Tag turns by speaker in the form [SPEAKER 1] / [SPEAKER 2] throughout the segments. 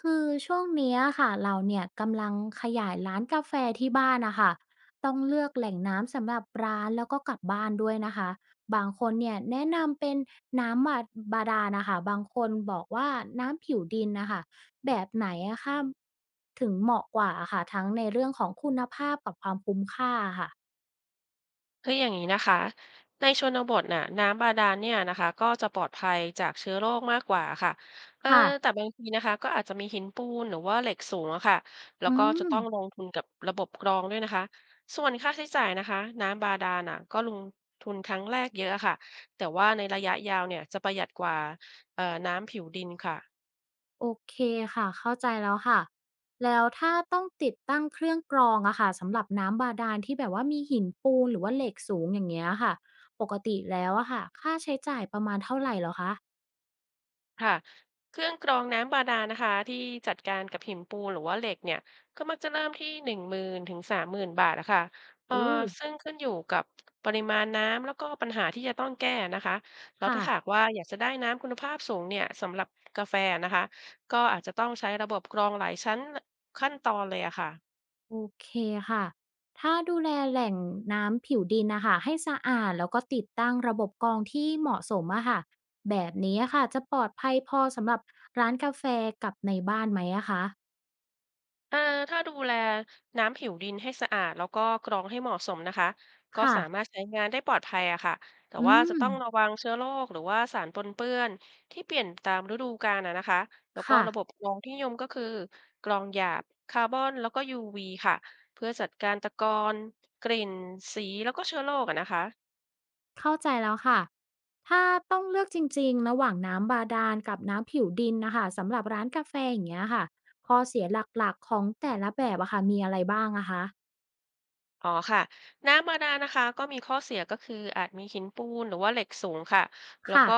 [SPEAKER 1] คือช่วงเนี้ยค่ะเราเนี่ยกำลังขยายร้านกาแฟที่บ้านนะคะต้องเลือกแหล่งน้ำสำหรับร้านแล้วก็กลับบ้านด้วยนะคะบางคนเนี่ยแนะนำเป็นน้ำบาดาลนะคะบางคนบอกว่าน้ำผิวดินนะคะแบบไหนอะค่ะถึงเหมาะกว่าอะค่ะทั้งในเรื่องของคุณภาพกับความคุ้มค่าค่ะ
[SPEAKER 2] คืออย่างนี้นะคะในชนบทน่ะน้ำบาดาลเนี่ยนะคะก็จะปลอดภัยจากเชื้อโรคมากกว่าค่ะเออ
[SPEAKER 1] ค่ะ
[SPEAKER 2] แต่บางทีนะคะก็อาจจะมีหินปูนหรือว่าเหล็กสูงอะค่ะแล้ว
[SPEAKER 1] อื
[SPEAKER 2] ก็จะ
[SPEAKER 1] ม
[SPEAKER 2] ต้องลงทุนกับระบบกรองด้วยนะคะส่วนค่าใช้จ่ายนะคะน้ำบาดาลน่ะก็ลงทุนครั้งแรกเยอะอะค่ะแต่ว่าในระยะยาวเนี่ยจะประหยัดกว่าน้ำผิวดินค่ะ
[SPEAKER 1] โอเคค่ะเข้าใจแล้วค่ะแล้วถ้าต้องติดตั้งเครื่องกรองอะค่ะสำหรับน้ำบาดาลที่แบบว่ามีหินปูนหรือว่าเหล็กสูงอย่างเงี้ยค่ะปกติแล้วอะค่ะค่าใช้จ่ายประมาณเท่าไหร่เหรอคะ
[SPEAKER 2] ค่ะเครื่องกรองน้ำบาดาลนะคะที่จัดการกับหินปูนหรือว่าเหล็กเนี่ยก็มักจะเริ่มที่หนึ่งหมื่นถึงสามหมื่นบาทนะคะเอ่อ
[SPEAKER 1] โอ้
[SPEAKER 2] ซึ่งขึ้นอยู่กับปริมาณน้ำแล้วก็ปัญหาที่จะต้องแก้นะคะแล้ว
[SPEAKER 1] ค่ะ
[SPEAKER 2] ถ้าหากว่าอยากจะได้น้ำคุณภาพสูงเนี่ยสำหรับกาแฟนะคะก็อาจจะต้องใช้ระบบกรองหลายชั้นขั้นตอนเลยอะค่ะ
[SPEAKER 1] โอเคค่ะถ้าดูแลแหล่งน้ำผิวดินนะคะให้สะอาดแล้วก็ติดตั้งระบบกรองที่เหมาะสมอะค่ะแบบนี้อะค่ะจะปลอดภัยพอสำหรับร้านกาแฟกับในบ้านไหมอะคะ
[SPEAKER 2] อ่าถ้าดูแลน้ำผิวดินให้สะอาดแล้วก็กรองให้เหมาะสมนะคะก็
[SPEAKER 1] ค่ะ
[SPEAKER 2] สามารถใช้งานได้ปลอดภัยอะค่ะแต่
[SPEAKER 1] อื
[SPEAKER 2] ว่า
[SPEAKER 1] ม
[SPEAKER 2] จะต้องระวังเชื้อโรคหรือว่าสารปนเปื้อนที่เปลี่ยนตามฤดูกาลอะนะคะแล้วก็
[SPEAKER 1] ค่ะ
[SPEAKER 2] ระบบกรองที่นิยมก็คือกรองหยาบคาร์บอนแล้วก็ UV ค่ะเพื่อจัดการตะกอนกลิ่นสีแล้วก็เชื้อโรคอะนะคะ
[SPEAKER 1] เข้าใจแล้วค่ะ ถ้าต้องเลือกจริงๆ ระหว่างน้ำบาดาลกับน้ำผิวดินนะคะสำหรับร้านกาแฟอย่างเงี้ยค่ะข้อเสียหลักๆของแต่ละแบบอะค่ะมีอะไรบ้างอะคะ
[SPEAKER 2] อ๋อค่ะน้ำบาดาลนะคะก็มีข้อเสียก็คืออาจมีหินปูนหรือว่าเหล็กสูงค่ะแล้ว
[SPEAKER 1] ค่ะ
[SPEAKER 2] ก็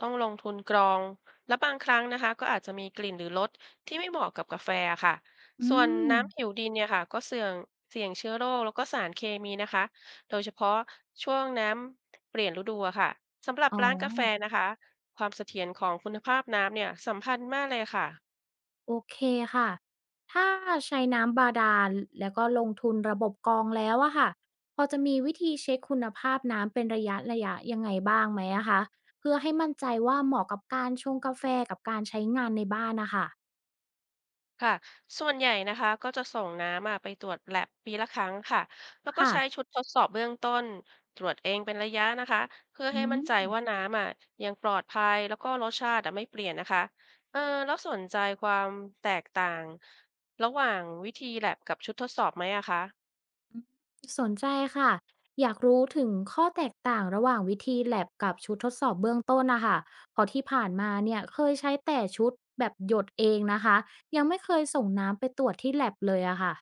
[SPEAKER 2] ต้องลงทุนกรองและบางครั้งนะคะก็อาจจะมีกลิ่นหรือรสที่ไม่เหมาะกับกาแฟค่ะ
[SPEAKER 1] อื
[SPEAKER 2] ส่วน
[SPEAKER 1] ม
[SPEAKER 2] น้ำผิวดินเนี่ยค่ะก็เสี่ยงเชื้อโรคแล้วก็สารเคมีนะคะโดยเฉพาะช่วงน้ำเปลี่ยนฤดูอะค่ะสำหรับ
[SPEAKER 1] อ๋อ
[SPEAKER 2] ร้านกาแฟนะคะความเสถียรของคุณภาพน้ำเนี่ยสำคัญมากเลยค่ะ
[SPEAKER 1] โอเคค่ะ ถ้าใช้น้ำบาดาลแล้วก็ลงทุนระบบกรองแล้วอะค่ะ พอจะมีวิธีเช็คคุณภาพน้ำเป็นระยะระยะยังไงบ้างไหมอะคะ เพื่อให้มั่นใจว่าเหมาะกับการชงกาแฟกับการใช้งานในบ้านนะคะ
[SPEAKER 2] ค่ะ ส่วนใหญ่นะคะก็จะส่งน้ำอะไปตรวจ lab ปีละครั้งค่ะ แล้วก็
[SPEAKER 1] ค่ะ
[SPEAKER 2] ใช้ชุดทดสอบเบื้องต้นตรวจเองเป็นระยะนะคะ เพื่อให้
[SPEAKER 1] อื
[SPEAKER 2] มั่น
[SPEAKER 1] ม
[SPEAKER 2] ใจว่าน้ำอ่ะยังปลอดภัยแล้วก็รสชาติอะไม่เปลี่ยนนะคะเออแล้วสนใจความแตกต่างระหว่างวิธี lab กับชุดทดสอบไหมอะคะ
[SPEAKER 1] อืมสนใจค่ะ อยากรู้ถึงข้อแตกต่างระหว่างวิธี lab กับชุดทดสอบเบื้องต้นนะคะเพราะที่ผ่านมาเนี่ยเคยใช้แต่ชุดแบบหยดเองนะคะ ยังไม่เคยส่งน้ำไปตรวจที่ lab เลยอะค่ะ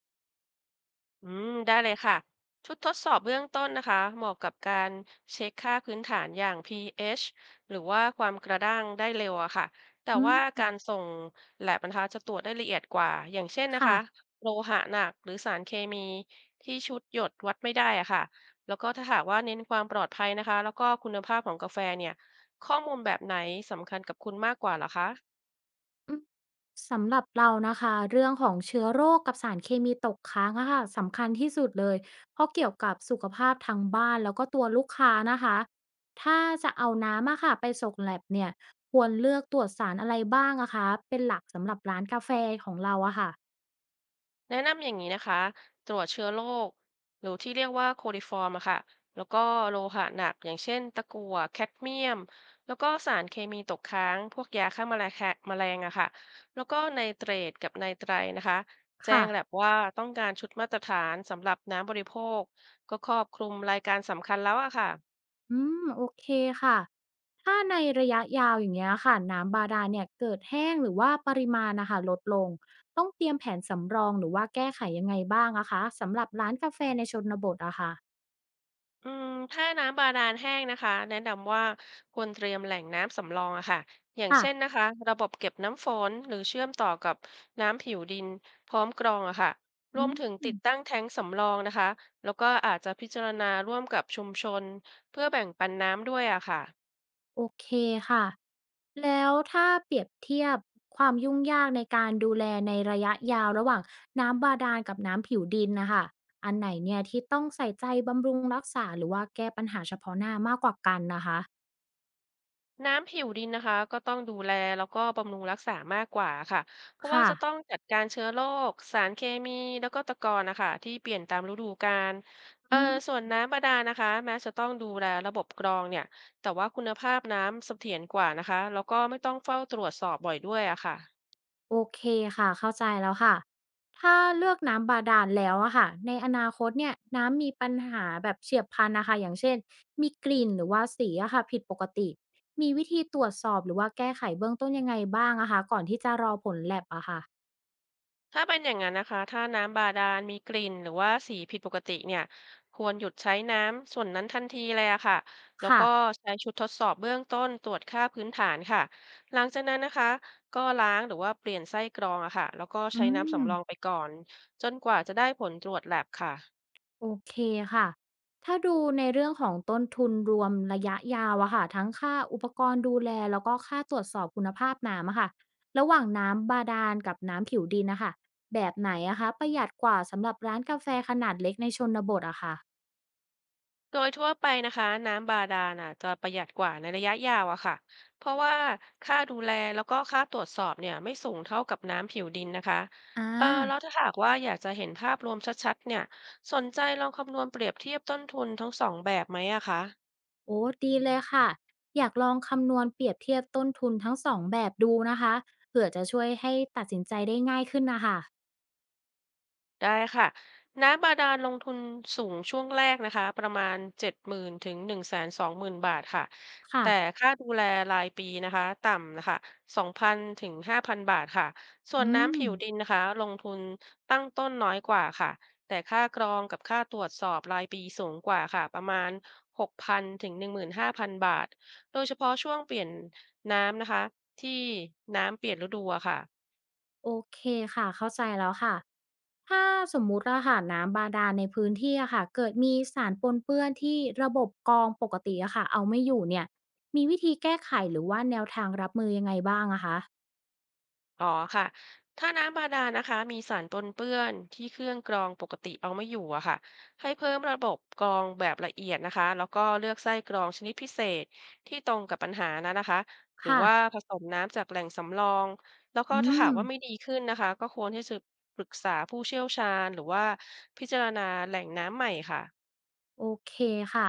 [SPEAKER 2] อืมได้เลยค่ะชุดทดสอบเบื้องต้นนะคะเหมาะกับการเช็คค่าพื้นฐานอย่าง pH หรือว่าความกระด้างได้เร็วอะค่ะแต่
[SPEAKER 1] อื
[SPEAKER 2] ว่า
[SPEAKER 1] ม
[SPEAKER 2] การส่ง lab นะคะจะตรวจได้ละเอียดกว่าอย่างเช่นนะ
[SPEAKER 1] ค่ะ
[SPEAKER 2] คะโลหะหนักหรือสารเคมีที่ชุดหยดวัดไม่ได้อะค่ะแล้วก็ถ้าหากว่าเน้นความปลอดภัยนะคะแล้วก็คุณภาพของกาแฟเนี่ยข้อมูลแบบไหนสำคัญกับคุณมากกว่าเหรอคะ
[SPEAKER 1] อืมสำหรับเรานะคะเรื่องของเชื้อโรคกับสารเคมีตกค้างอะค่ะสำคัญที่สุดเลยเพราะเกี่ยวกับสุขภาพทางบ้านแล้วก็ตัวลูกค้านะคะถ้าจะเอาน้ำอะค่ะไปส่งแลบเนี่ยควรเลือกตรวจสารอะไรบ้างอะคะเป็นหลักสำหรับร้านกาแฟของเราอะค่ะ
[SPEAKER 2] แนะนำอย่างนี้นะคะตรวจเชื้อโรคหรือที่เรียกว่าโคลิฟอร์มอะค่ะแล้วก็โลหะหนักอย่างเช่นตะกั่วแคดเมียมแล้วก็สารเคมีตกค้างพวกยาฆ่าแมลงอะค่ะแล้วก็ไนเตรตกับไนไตรนะคะแจ้
[SPEAKER 1] ค่ะ
[SPEAKER 2] งแลบว่าต้องการชุดมาตรฐานสำหรับน้ำบริโภคก็ครอบคลุมรายการสำคัญแล้วอะค่ะ
[SPEAKER 1] อืมโอเคค่ะถ้าในระยะยาวอย่างเงี้ยค่ะน้ำบาดาลเนี่ยเกิดแห้งหรือว่าปริมาณนะคะลดลงต้องเตรียมแผนสำรองหรือว่าแก้ไขยังไงบ้างอะคะสำหรับร้านกาแฟในชนบทอะค่ะ
[SPEAKER 2] อืมถ้าน้ำบาดาลแห้งนะคะแนะนำว่าควรเตรียมแหล่งน้ำสำรองอะค่ะอย่าง
[SPEAKER 1] ค่ะ
[SPEAKER 2] เช่นนะคะระบบเก็บน้ำฝนหรือเชื่อมต่อกับน้ำผิวดินพร้อมกรองอะค่ะร
[SPEAKER 1] อื
[SPEAKER 2] วมถึง
[SPEAKER 1] ม
[SPEAKER 2] ติดตั้งแท้งสำรองนะคะแล้วก็อาจจะพิจารณาร่วมกับชุมชนเพื่อแบ่งปันน้ำด้วยอะค่ะ
[SPEAKER 1] โอเคค่ะแล้วถ้าเปรียบเทียบความยุ่งยากในการดูแลในระยะยาวระหว่างน้ำบาดาลกับน้ำผิวดินนะคะอันไหนเนี่ยที่ต้องใส่ใจบำรุงรักษาหรือว่าแก้ปัญหาเฉพาะหน้ามากกว่ากันนะคะ
[SPEAKER 2] น้ำผิวดินนะคะก็ต้องดูแลแล้วก็บำรุงรักษามากกว่าค่ะเพราะว่า
[SPEAKER 1] ค่ะ
[SPEAKER 2] จะต้องจัดการเชื้อโรคสารเคมีแล้วก็ตะกอนนะคะที่เปลี่ยนตามฤดูกาลเออ
[SPEAKER 1] อืม
[SPEAKER 2] ส่วนน้ำบาดาลนะคะแม้จะต้องดูแลระบบกรองเนี่ยแต่ว่าคุณภาพน้ำเสถียรกว่านะคะแล้วก็ไม่ต้องเฝ้าตรวจสอบบ่อยด้วยอะค่ะ
[SPEAKER 1] โอเคค่ะเข้าใจแล้วค่ะถ้าเลือกน้ำบาดาลแล้วอะค่ะในอนาคตเนี่ยน้ำมีปัญหาแบบเฉียบพลันนะคะอย่างเช่นมีกลิ่นหรือว่าสีอะค่ะผิดปกติมีวิธีตรวจสอบหรือว่าแก้ไขเบื้องต้นยังไงบ้างอะคะก่อนที่จะรอผลแลบอะค่ะ
[SPEAKER 2] ถ้าเป็นอย่างนั้นนะคะ ถ้าน้ำบาดาลมีกลิ่นหรือว่าสีผิดปกติเนี่ยควรหยุดใช้น้ำส่วนนั้นทันทีเลยอะค่ะแล้ว
[SPEAKER 1] ค่ะ
[SPEAKER 2] ก็ใช้ชุดทดสอบเบื้องต้นตรวจค่าพื้นฐานค่ะหลังจากนั้นนะคะ ก็ล้างหรือว่าเปลี่ยนไส้กรองอะค่ะแล้วก็
[SPEAKER 1] อื
[SPEAKER 2] ใช้น้ำ
[SPEAKER 1] ม
[SPEAKER 2] สำรองไปก่อนจนกว่าจะได้ผลตรวจแลบค่ะ
[SPEAKER 1] โอเคค่ะ ถ้าดูในเรื่องของต้นทุนรวมระยะยาวอะค่ะทั้งค่าอุปกรณ์ดูแลแล้วก็ค่าตรวจสอบคุณภาพน้ำอะค่ะระหว่างน้ำบาดาลกับน้ำผิวดินนะคะแบบไหนอะคะประหยัดกว่าสำหรับร้านกาแฟขนาดเล็กในชนบทอะค่ะ
[SPEAKER 2] โดยทั่วไปนะคะน้ำบาดาลน่ะจะประหยัดกว่าในระยะยาวอะค่ะเพราะว่าค่าดูแลแล้วก็ค่าตรวจสอบเนี่ยไม่สูงเท่ากับน้ำผิวดินนะคะ
[SPEAKER 1] อ่
[SPEAKER 2] แล้ว
[SPEAKER 1] า
[SPEAKER 2] ถ้าหากว่าอยากจะเห็นภาพรวมชัดๆเนี่ยสนใจลองคำนวณเปรียบเทียบต้นทุนทั้งสองแบบไหมอะคะ
[SPEAKER 1] โอ้ดีเลยค่ะอยากลองคำนวณเปรียบเทียบต้นทุนทั้งสองแบบดูนะคะเผื่อจะช่วยให้ตัดสินใจได้ง่ายขึ้นนะคะ
[SPEAKER 2] ได้ค่ะน้ำบาดาลลงทุนสูงช่วงแรกนะคะประมาณ7 0ื่นถึง1 2 0ื่นบาทค่ะ
[SPEAKER 1] ค่ะ
[SPEAKER 2] แต่ค่าดูแลรายปีนะคะต่ำนะคะ2,000ถึง5,000บาทค่ะส่วน
[SPEAKER 1] อืม
[SPEAKER 2] น้ำผิวดินนะคะลงทุนตั้งต้นน้อยกว่าค่ะแต่ค่ากรองกับค่าตรวจสอบรายปีสูงกว่าค่ะประมาณ6,000ถึง15,000บาทโดยเฉพาะช่วงเปลี่ยนน้ำนะคะที่น้ำเปลี่ยนฤดูอะค่ะ
[SPEAKER 1] โอเคค่ะเข้าใจแล้วค่ะ ถ้าสมมุติอะค่ะน้ำบาดาลในพื้นที่อะค่ะเกิดมีสารปนเปื้อนที่ระบบกรองปกติอะค่ะเอาไม่อยู่เนี่ยมีวิธีแก้ไขหรือว่าแนวทางรับมือยังไงบ้างอะคะ
[SPEAKER 2] อ๋อค่ะ ถ้าน้ำบาดาลนะคะมีสารปนเปื้อนที่เครื่องกรองปกติเอาไม่อยู่อะค่ะให้เพิ่มระบบกรองแบบละเอียดนะคะแล้วก็เลือกไส้กรองชนิดพิเศษที่ตรงกับปัญหานะคะหรือ
[SPEAKER 1] ค่ะ
[SPEAKER 2] ว่าผสมน้ำจากแหล่งสำรองแล้วก็
[SPEAKER 1] อื
[SPEAKER 2] ถ้าหากว่าไม่
[SPEAKER 1] ม
[SPEAKER 2] ดีขึ้นนะคะก็ควรที่จะปรึกษาผู้เชี่ยวชาญหรือว่าพิจารณาแหล่งน้ำใหม่ค่ะ
[SPEAKER 1] โอเคค่ะ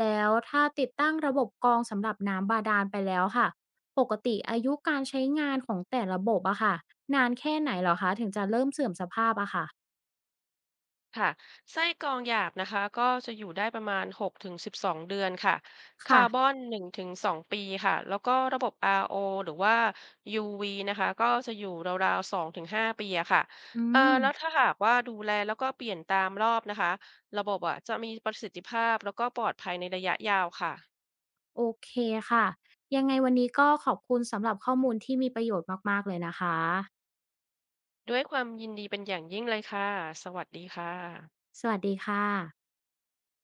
[SPEAKER 1] แล้วถ้าติดตั้งระบบกรองสำหรับน้ำบาดาลไปแล้วค่ะปกติอายุการใช้งานของแต่ระบบอะค่ะนานแค่ไหนเหรอคะถึงจะเริ่มเสื่อมสภาพอะค่ะ
[SPEAKER 2] ค่ะไส้กรองหยาบนะคะก็จะอยู่ได้ประมาณ 6-12 เดือนค่ะ
[SPEAKER 1] ค่ะ
[SPEAKER 2] คาร์บอน 1-2 ปีค่ะแล้วก็ระบบ RO หรือว่า UV นะคะก็จะอยู่ราวๆ 2-5 ปีอะค่ะ
[SPEAKER 1] อืม
[SPEAKER 2] แล้วถ้าหากว่าดูแลแล้วก็เปลี่ยนตามรอบนะคะระบบอะจะมีประสิทธิภาพแล้วก็ปลอดภัยในระยะยาวค่ะ
[SPEAKER 1] โอเคค่ะยังไงวันนี้ก็ขอบคุณสำหรับข้อมูลที่มีประโยชน์มากๆเลยนะคะ
[SPEAKER 2] ด้วยความยินดีเป็นอย่างยิ่งเลยค่ะ สวัสดีค่ะ
[SPEAKER 1] สวัสดีค่ะ